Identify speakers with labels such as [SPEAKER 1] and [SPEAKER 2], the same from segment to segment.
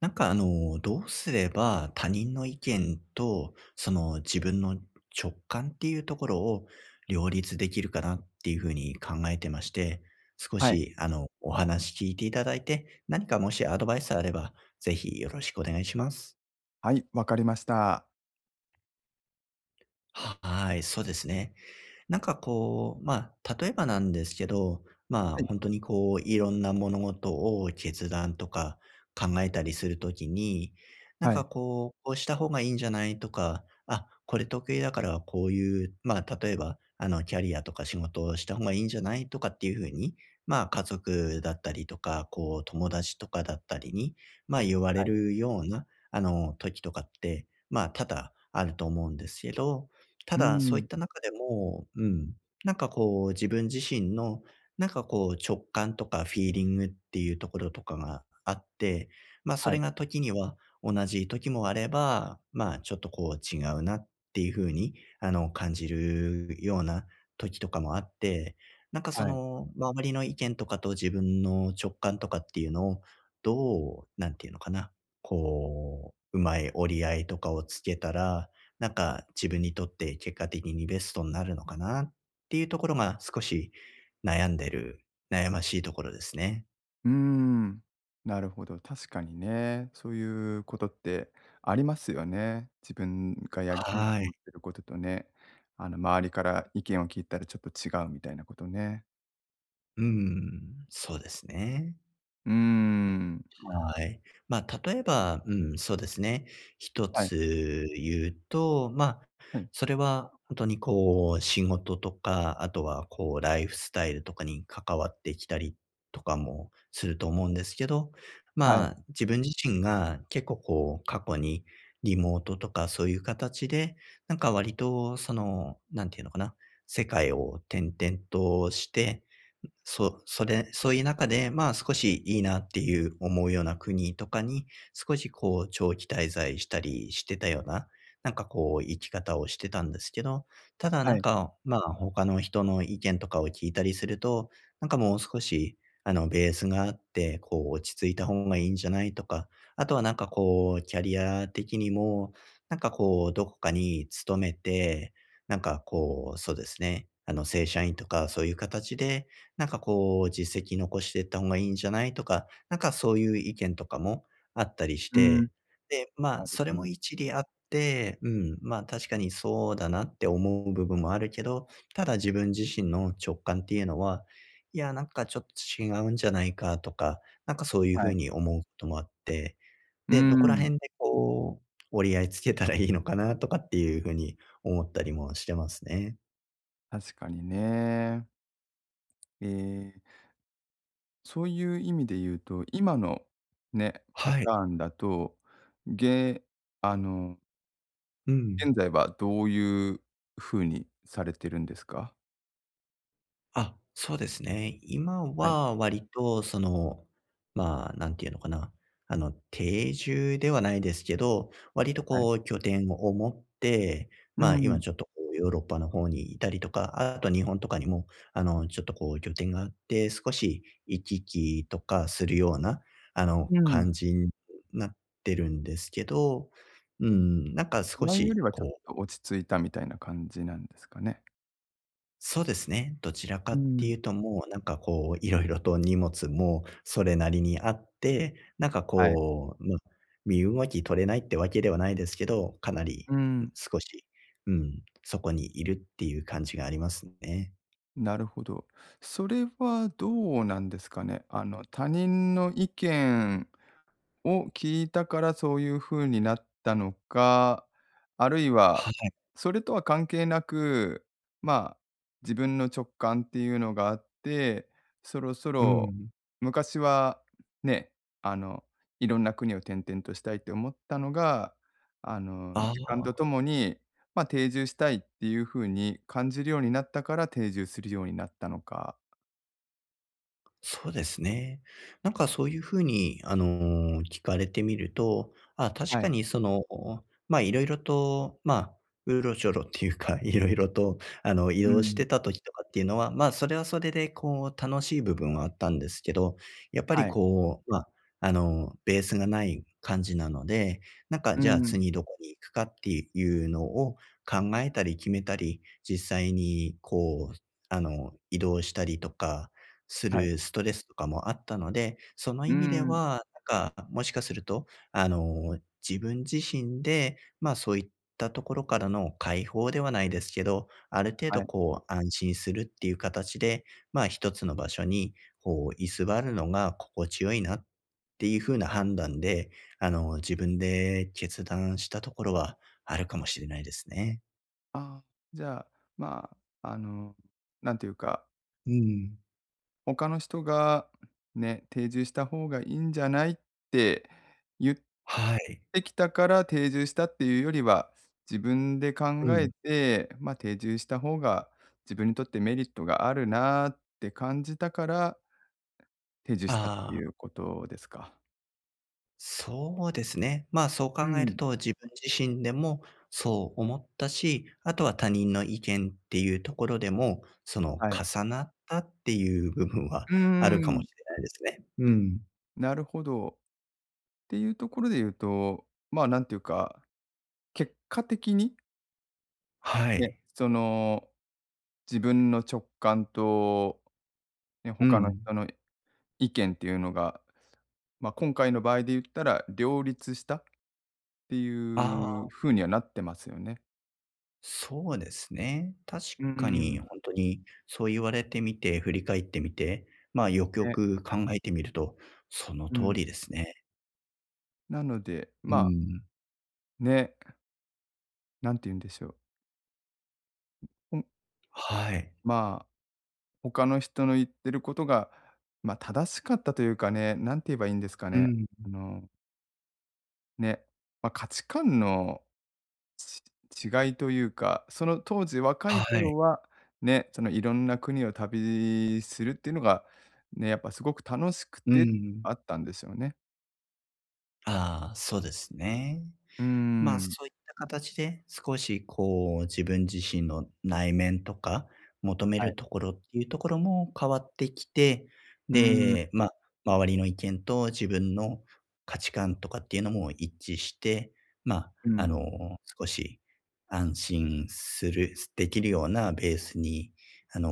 [SPEAKER 1] なんかあの、どうすれば他人の意見と、その自分の直感っていうところを両立できるかなっていうふうに考えてまして、少
[SPEAKER 2] はい。
[SPEAKER 1] しあの、お話聞いていただいて、何かもしアドバイスあれば、ぜひよろしくお願いします。
[SPEAKER 2] はい、わかりました。
[SPEAKER 1] はい、そうですね。なんかこう、まあ、例えばなんですけど、まあ、
[SPEAKER 2] はい。
[SPEAKER 1] 本当にこう、いろんな物事を決断とか考えたりするときに、なん
[SPEAKER 2] は
[SPEAKER 1] か
[SPEAKER 2] い。
[SPEAKER 1] こう、こうした方がいいんじゃないとか、あ、これ得意だからこういう、まあ、例えば、あの、キャリアとか仕事をした方がいいんじゃないとかっていう風に、まあ、家族だったりとか、こう、友達とかだったりに、まあ、言われるような、あの、時とかって、まあ、多々あると思うんですけど、た
[SPEAKER 2] うー
[SPEAKER 1] だ、そういっ
[SPEAKER 2] ん。
[SPEAKER 1] た中でも、うん、なんかこう自分自身の、なんかこう直感とかフィーリングっていうところとかがあって、ま、そ
[SPEAKER 2] は
[SPEAKER 1] れ
[SPEAKER 2] い、
[SPEAKER 1] が時には同じ時もあれば、まあ、ちょっとこう違うなっていう風に、あの、感じるような時とかもあって、なんかそ
[SPEAKER 2] はい。
[SPEAKER 1] の周りの意見とかと自分の直感とかっていうのを、どう、なんていうのかな、こう、うまい折り合いとかをつけたら、なんか自分にとって結果的にベストになるのかなっていうところが少し悩んでる悩ましいところですね。
[SPEAKER 2] うーん。なるほど、確かにね。そういうことってありますよね。自分がやりたいと
[SPEAKER 1] は
[SPEAKER 2] 思
[SPEAKER 1] い。
[SPEAKER 2] ってることとね、周りから意見を聞いたらちょっと違うみたいなことね。
[SPEAKER 1] うん、そうですね。
[SPEAKER 2] うーん。
[SPEAKER 1] はい。まあ、例えば、うん、そうですね。一
[SPEAKER 2] はい、
[SPEAKER 1] つ言うと、まあ、
[SPEAKER 2] はい、
[SPEAKER 1] それは本当にこう、仕事とか、あとはこう、ライフスタイルとかに関わってきたりとかもすると思うんですけど、
[SPEAKER 2] はい、
[SPEAKER 1] まあ、自分自身が結構こう、過去にリモートとかそういう形で、なんか割とその、なんていうのかな、世界を転々としてそう、それそういう中で、まあ、少しいいなっていう思うような国とかに、少しこう長期滞在したりしてたような、なんかこう生き方をしてたんですけど、ただ
[SPEAKER 2] は
[SPEAKER 1] なん
[SPEAKER 2] い。
[SPEAKER 1] か、まあ、他の人の意見とかを聞いたりすると、なんかもう少し、あの、ベースがあって、こう落ち着いた方がいいんじゃないとか、あとはなんかこうキャリア的にも、なんかこうどこかに勤めて、なんかこう、そうですね、あの、正社員とかそういう形でなんかこう、実績残していった方がいいんじゃないとか、なんかそういう意見とかもあったりし
[SPEAKER 2] うーん、
[SPEAKER 1] て、で、ま
[SPEAKER 2] な
[SPEAKER 1] あ、
[SPEAKER 2] る
[SPEAKER 1] それ
[SPEAKER 2] ほど。
[SPEAKER 1] も一理あって、うん、まあ確かにそうだなって思う部分もあるけど、ただ自分自身の直感っていうのは、いや、なんかちょっと違うんじゃないかとか、なんかそういう
[SPEAKER 2] は
[SPEAKER 1] ふ
[SPEAKER 2] い。
[SPEAKER 1] うに思うこともあって、
[SPEAKER 2] うー
[SPEAKER 1] で、どこら
[SPEAKER 2] ん、
[SPEAKER 1] 辺でこう、折り合いつけたらいいのかなとかっていうふうに思ったりもしてますね。
[SPEAKER 2] 確かにね。ええ。そういう意味で言うと、今のね、パ
[SPEAKER 1] はい。
[SPEAKER 2] ターンだと、げあの、
[SPEAKER 1] う
[SPEAKER 2] 現
[SPEAKER 1] ん。
[SPEAKER 2] 在はどういう風にされてるんですか？
[SPEAKER 1] あ、そうですね。今
[SPEAKER 2] はい、
[SPEAKER 1] は割とその、まあ、なんていうのかな、あの、定住ではないですけど、割と
[SPEAKER 2] はい。
[SPEAKER 1] こう拠点を持って、
[SPEAKER 2] う
[SPEAKER 1] まあ、今
[SPEAKER 2] ん、
[SPEAKER 1] ちょっとこうヨーロッパの方にいたりとか、あと日本とかにも、あの、ちょっとこう拠点があって、少し行き来とかするような、あの、
[SPEAKER 2] うん。
[SPEAKER 1] 感じになってるんですけど、うん、なんか少
[SPEAKER 2] 前より
[SPEAKER 1] し
[SPEAKER 2] はちょっ
[SPEAKER 1] こ
[SPEAKER 2] と
[SPEAKER 1] う
[SPEAKER 2] 落ち着いたみたいな感じなんですかね？
[SPEAKER 1] そうですね。どちらか
[SPEAKER 2] う
[SPEAKER 1] って
[SPEAKER 2] ん、
[SPEAKER 1] いうと、もうなんかこう、いろいろと荷物もそれなりにあって、なんか
[SPEAKER 2] はい。
[SPEAKER 1] こう、まあ、身動き取れないってわけではないですけど、かなり、
[SPEAKER 2] う
[SPEAKER 1] うん、
[SPEAKER 2] ん、
[SPEAKER 1] 少し、うん、そこにいるっていう感じがありますね。
[SPEAKER 2] なるほど。それはどうなんですかね？他人の意見を聞いたからそういう風になったのか、あるいは、
[SPEAKER 1] はい。
[SPEAKER 2] それとは関係なく、まあ、自分の直感っていうのがあって、そろそ
[SPEAKER 1] う
[SPEAKER 2] ろ
[SPEAKER 1] ん。
[SPEAKER 2] 昔はね、あの、いろんな国を転々としたいって思ったのが、
[SPEAKER 1] あ
[SPEAKER 2] 時間と
[SPEAKER 1] あ。
[SPEAKER 2] ともに、まあ、定住したいっていう風に感じるようになったから定住するようになったのか。
[SPEAKER 1] そうですね。なんかそういう風に、あの、聞かれてみると、あ、確
[SPEAKER 2] は
[SPEAKER 1] か
[SPEAKER 2] い。
[SPEAKER 1] にその、ま、いろいろと、まあ、うろちょろっていうか、いろいろと、あの、移
[SPEAKER 2] う
[SPEAKER 1] 動し
[SPEAKER 2] ん。
[SPEAKER 1] てた時とかっていうのは、ま、それはそれでこう楽しい部分はあったんですけど、やっぱり
[SPEAKER 2] はい。
[SPEAKER 1] こう、まあ、あの、ベースがない感じなので、なんか
[SPEAKER 2] う
[SPEAKER 1] じゃあ
[SPEAKER 2] ん。
[SPEAKER 1] 次どこに行くかっていうのを考えたり決めたり、実際にこう、あの、移動したりとか、す
[SPEAKER 2] はい。
[SPEAKER 1] るストレスとかもあったので、その
[SPEAKER 2] う
[SPEAKER 1] 意味で
[SPEAKER 2] ん。
[SPEAKER 1] は、なんか、もしかすると、あの、自分自身で、ま、あそういったところからの解放ではないですけど、ある程
[SPEAKER 2] は
[SPEAKER 1] 度
[SPEAKER 2] い。
[SPEAKER 1] こう安心するっていう形で、ま、一つの場所にこう居座るのが心地よいなっていう風な判断で、あの、自分で決断したところはあるかもしれないですね。
[SPEAKER 2] ああ、じゃあ、まあ、なんていうか、
[SPEAKER 1] うん。
[SPEAKER 2] 他の人がね、定住した方がいいんじゃないって言っ
[SPEAKER 1] はい。
[SPEAKER 2] てきたから定住したっていうよりは、自分で考
[SPEAKER 1] う
[SPEAKER 2] え
[SPEAKER 1] ん。
[SPEAKER 2] て、まあ、定住した方が自分にとってメリットがあるなって感じたから、定住したって
[SPEAKER 1] あ
[SPEAKER 2] い
[SPEAKER 1] あ。
[SPEAKER 2] うことですか？
[SPEAKER 1] そうですね。まあ、そう
[SPEAKER 2] う
[SPEAKER 1] 考え
[SPEAKER 2] ん、
[SPEAKER 1] ると自分自身でもそう思ったし、あとは他人の意見っていうところでも、その
[SPEAKER 2] はい。
[SPEAKER 1] 重なったっていう部分は
[SPEAKER 2] うー
[SPEAKER 1] あるかも
[SPEAKER 2] ん、
[SPEAKER 1] しれないですね。うん。
[SPEAKER 2] なるほど。っていうところで言うと、まあ、なんていうか、結果的に
[SPEAKER 1] は
[SPEAKER 2] ね、
[SPEAKER 1] い。
[SPEAKER 2] その、自分の直感と、ね、
[SPEAKER 1] う
[SPEAKER 2] 他の
[SPEAKER 1] ん。
[SPEAKER 2] 人の意見っていうのが、まあ、今回の場合で言ったら、両立したって
[SPEAKER 1] あ
[SPEAKER 2] いう
[SPEAKER 1] あ、
[SPEAKER 2] 風にはなってますよね。
[SPEAKER 1] そうですね。確
[SPEAKER 2] う
[SPEAKER 1] かに
[SPEAKER 2] ん。
[SPEAKER 1] 本当にそう言われてみて、振り返ってみて、まあ、よくよ
[SPEAKER 2] ね、
[SPEAKER 1] く考えてみると、その
[SPEAKER 2] う
[SPEAKER 1] 通
[SPEAKER 2] ん。
[SPEAKER 1] りですね。
[SPEAKER 2] なので、
[SPEAKER 1] う
[SPEAKER 2] ま、
[SPEAKER 1] ん。
[SPEAKER 2] ね、なんて言うんでしょう。ほん、
[SPEAKER 1] はい。
[SPEAKER 2] まあ、他の人の言ってることが、まあ、正しかったというかね、なんて言えばいいんですか
[SPEAKER 1] う
[SPEAKER 2] ね。
[SPEAKER 1] ん。
[SPEAKER 2] あの、ね、まあ、価値観の違いというか、その当時若い
[SPEAKER 1] はい。
[SPEAKER 2] 頃は、ね、そのいろんな国を旅するっていうのが、ね、やっぱすごく楽しく
[SPEAKER 1] う
[SPEAKER 2] て
[SPEAKER 1] ん。
[SPEAKER 2] あったんですよね。
[SPEAKER 1] ああ、そうですね。
[SPEAKER 2] うー
[SPEAKER 1] まあ、
[SPEAKER 2] ん、
[SPEAKER 1] そういった形で少しこう自分自身の内面とか、求め
[SPEAKER 2] はい。
[SPEAKER 1] るところっていうところも変わってきて、
[SPEAKER 2] うーん、
[SPEAKER 1] で、まあ、周りの意見と自分の価値観とかっていうのも一致して、まあ、
[SPEAKER 2] う
[SPEAKER 1] あ
[SPEAKER 2] ん、
[SPEAKER 1] の、少し安心するできるようなベースに、あの、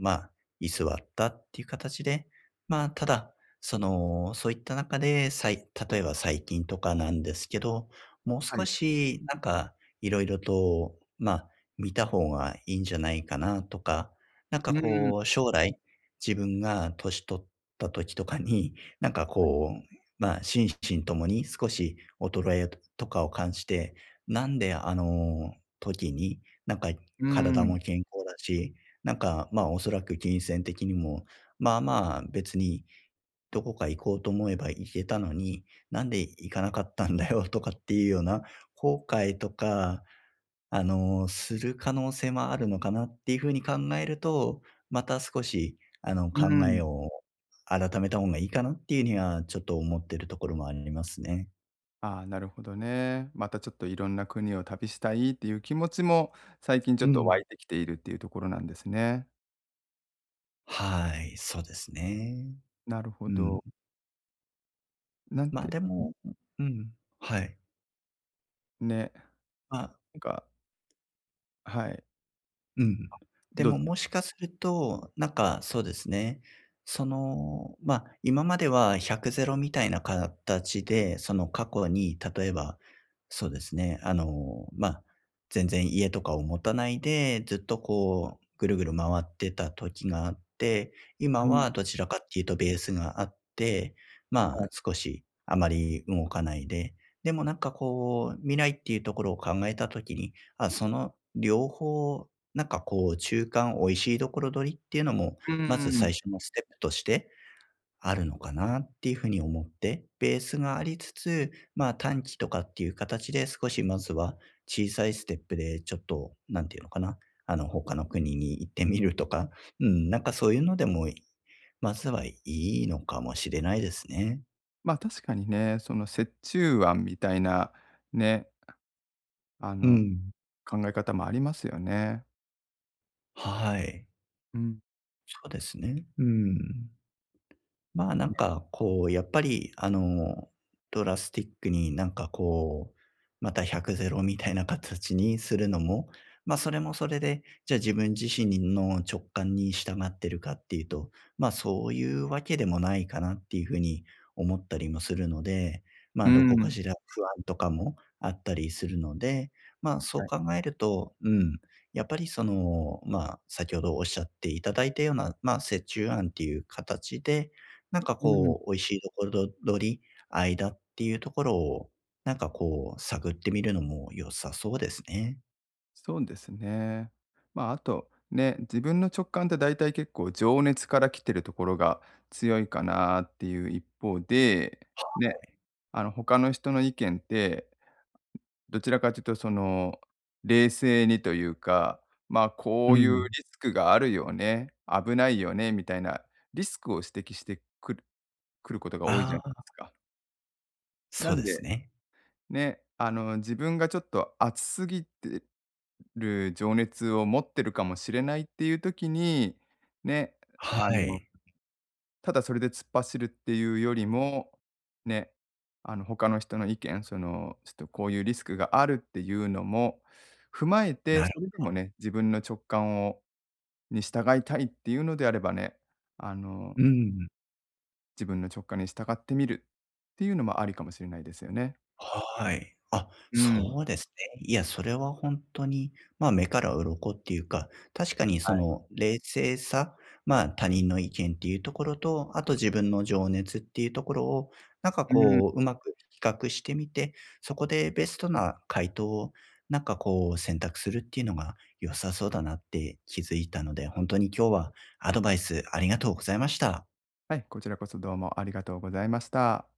[SPEAKER 1] まあ、居座ったっていう形で、まあ、ただ、その、そういった中で、例えば最近とかなんですけど、もう
[SPEAKER 2] は
[SPEAKER 1] 少
[SPEAKER 2] い。
[SPEAKER 1] し、なんか、いろいろと、まあ、見た方がいいんじゃないかなとか、なん
[SPEAKER 2] う
[SPEAKER 1] か
[SPEAKER 2] ーん、
[SPEAKER 1] こう、将来、自分が年取った時とかに、なんかこう、まあ、心身ともに少し衰えとかを感じて、なんであの時に、なんか
[SPEAKER 2] うー
[SPEAKER 1] 体
[SPEAKER 2] ん、
[SPEAKER 1] も健康だし、なんか、まあ、おそらく金銭的にも、まあまあ、別にどこか行こうと思えば行けたのに、なんで行かなかったんだよとかっていうような後悔とか、あの、する可能性もあるのかなっていうふうに考えると、また少し、あの、
[SPEAKER 2] うー
[SPEAKER 1] 考
[SPEAKER 2] ん。
[SPEAKER 1] えを改めた方がいいかなっていうにはちょっと思ってるところもありますね。
[SPEAKER 2] ああ、なるほどね。またちょっといろんな国を旅したいっていう気持ちも、最近ちょ
[SPEAKER 1] う
[SPEAKER 2] っと湧
[SPEAKER 1] ん。
[SPEAKER 2] いてきているっていうところなんですね。
[SPEAKER 1] はい、そうですね。
[SPEAKER 2] なるほ
[SPEAKER 1] うん。
[SPEAKER 2] ど。なん
[SPEAKER 1] ま、
[SPEAKER 2] て
[SPEAKER 1] でもうん、はい。
[SPEAKER 2] ね、
[SPEAKER 1] まあ
[SPEAKER 2] なんかはい、
[SPEAKER 1] うん。で
[SPEAKER 2] どうぞ。
[SPEAKER 1] も、もしかすると、なんか、そうですね。その、ま、今までは1 0 0ロみたいな形で、その過去に例えば、そうですね、あの、ま、全然家とかを持たないで、ずっとこうぐるぐる回ってた時があって、今
[SPEAKER 2] うん、
[SPEAKER 1] はどちらかっていうとベースがあって、ま
[SPEAKER 2] は
[SPEAKER 1] あ、
[SPEAKER 2] い。
[SPEAKER 1] 少しあまり動かないで、でもなんかこう、未来っていうところを考えた時に、あ、その両方なんかこう、中間美味しいところ取りっていうのも、
[SPEAKER 2] うー
[SPEAKER 1] まず最
[SPEAKER 2] ん。
[SPEAKER 1] 初のステップとしてあるのかなっていうふうに思って、ベースがありつつ、まあ短期とかっていう形で少しまずは小さいステップでちょっと、なんていうのかな、あの、他の国に行ってみるとか、うん、なんかそういうのでも、まずはいいのかもしれないですね。
[SPEAKER 2] まあ、確かにね、その折衷案みたいなね、あ
[SPEAKER 1] う
[SPEAKER 2] の、
[SPEAKER 1] ん。
[SPEAKER 2] 考え方もありますよね。
[SPEAKER 1] はい。
[SPEAKER 2] うん。
[SPEAKER 1] そうですね。うん。まあ、なんか、こう、やっぱり、あの、ドラスティックになんかこう、また1 0 0ロみたいな形にするのも、まあ、それもそれで、じゃあ自分自身の直感に従ってるかっていうと、まあ、そういうわけでもないかなっていうふうに思ったりもするので、ま
[SPEAKER 2] う
[SPEAKER 1] あ、どこか
[SPEAKER 2] ん。
[SPEAKER 1] しら不安とかもあったりするので、まあ、そ
[SPEAKER 2] は
[SPEAKER 1] う
[SPEAKER 2] い。
[SPEAKER 1] 考えると、うん、やっぱりその、まあ、先ほどおっしゃっていただいたような、まあ、折衷案っていう形で、なんか
[SPEAKER 2] うん。
[SPEAKER 1] こう、美味しいところ取り、間っていうところを、なんかこう、探ってみるのも良さそうですね。
[SPEAKER 2] そうですね。まあ、あと、ね、自分の直感って大体結構情熱から来てるところが強いかなっていう一方で、ね、他の人の意見ってどちらかというとその、冷静にというか、まあ、こ
[SPEAKER 1] う
[SPEAKER 2] ういうリ
[SPEAKER 1] ん。
[SPEAKER 2] スクがあるよね、危ないよねみたいなリスクを指摘してくることが多いじゃな
[SPEAKER 1] あ
[SPEAKER 2] いで
[SPEAKER 1] あ、
[SPEAKER 2] すか。な
[SPEAKER 1] そう
[SPEAKER 2] ん
[SPEAKER 1] です
[SPEAKER 2] で、
[SPEAKER 1] ね。
[SPEAKER 2] ね、自分がちょっと熱すぎてる情熱を持ってるかもしれないっていう時に、ね、
[SPEAKER 1] は
[SPEAKER 2] あの
[SPEAKER 1] い。
[SPEAKER 2] ただそれで突っ走るっていうよりも、ね、他の人の意見、その、ちょっとこういうリスクがあるっていうのも踏まえて、
[SPEAKER 1] なる
[SPEAKER 2] それでも
[SPEAKER 1] ほど。
[SPEAKER 2] ね、自分の直感をに従いたいっていうのであればね、あの、
[SPEAKER 1] うん。
[SPEAKER 2] 自分の直感に従ってみるっていうのもありかもしれないですよね。
[SPEAKER 1] はい。あ、
[SPEAKER 2] うん。
[SPEAKER 1] そうですね。いや、それは本当に、まあ、目から鱗っていうか、確かにその冷静さ、まあ、他人の意見っていうところと、あと自分の情熱っていうところを、なんか
[SPEAKER 2] うん。
[SPEAKER 1] こう、うまく比較してみて、そこでベストな回答を、なんかこう、選択するっていうのが良さそうだなって気づいたので、本当に今日はアドバイスありがとうございました。
[SPEAKER 2] はい、こちらこそどうもありがとうございました。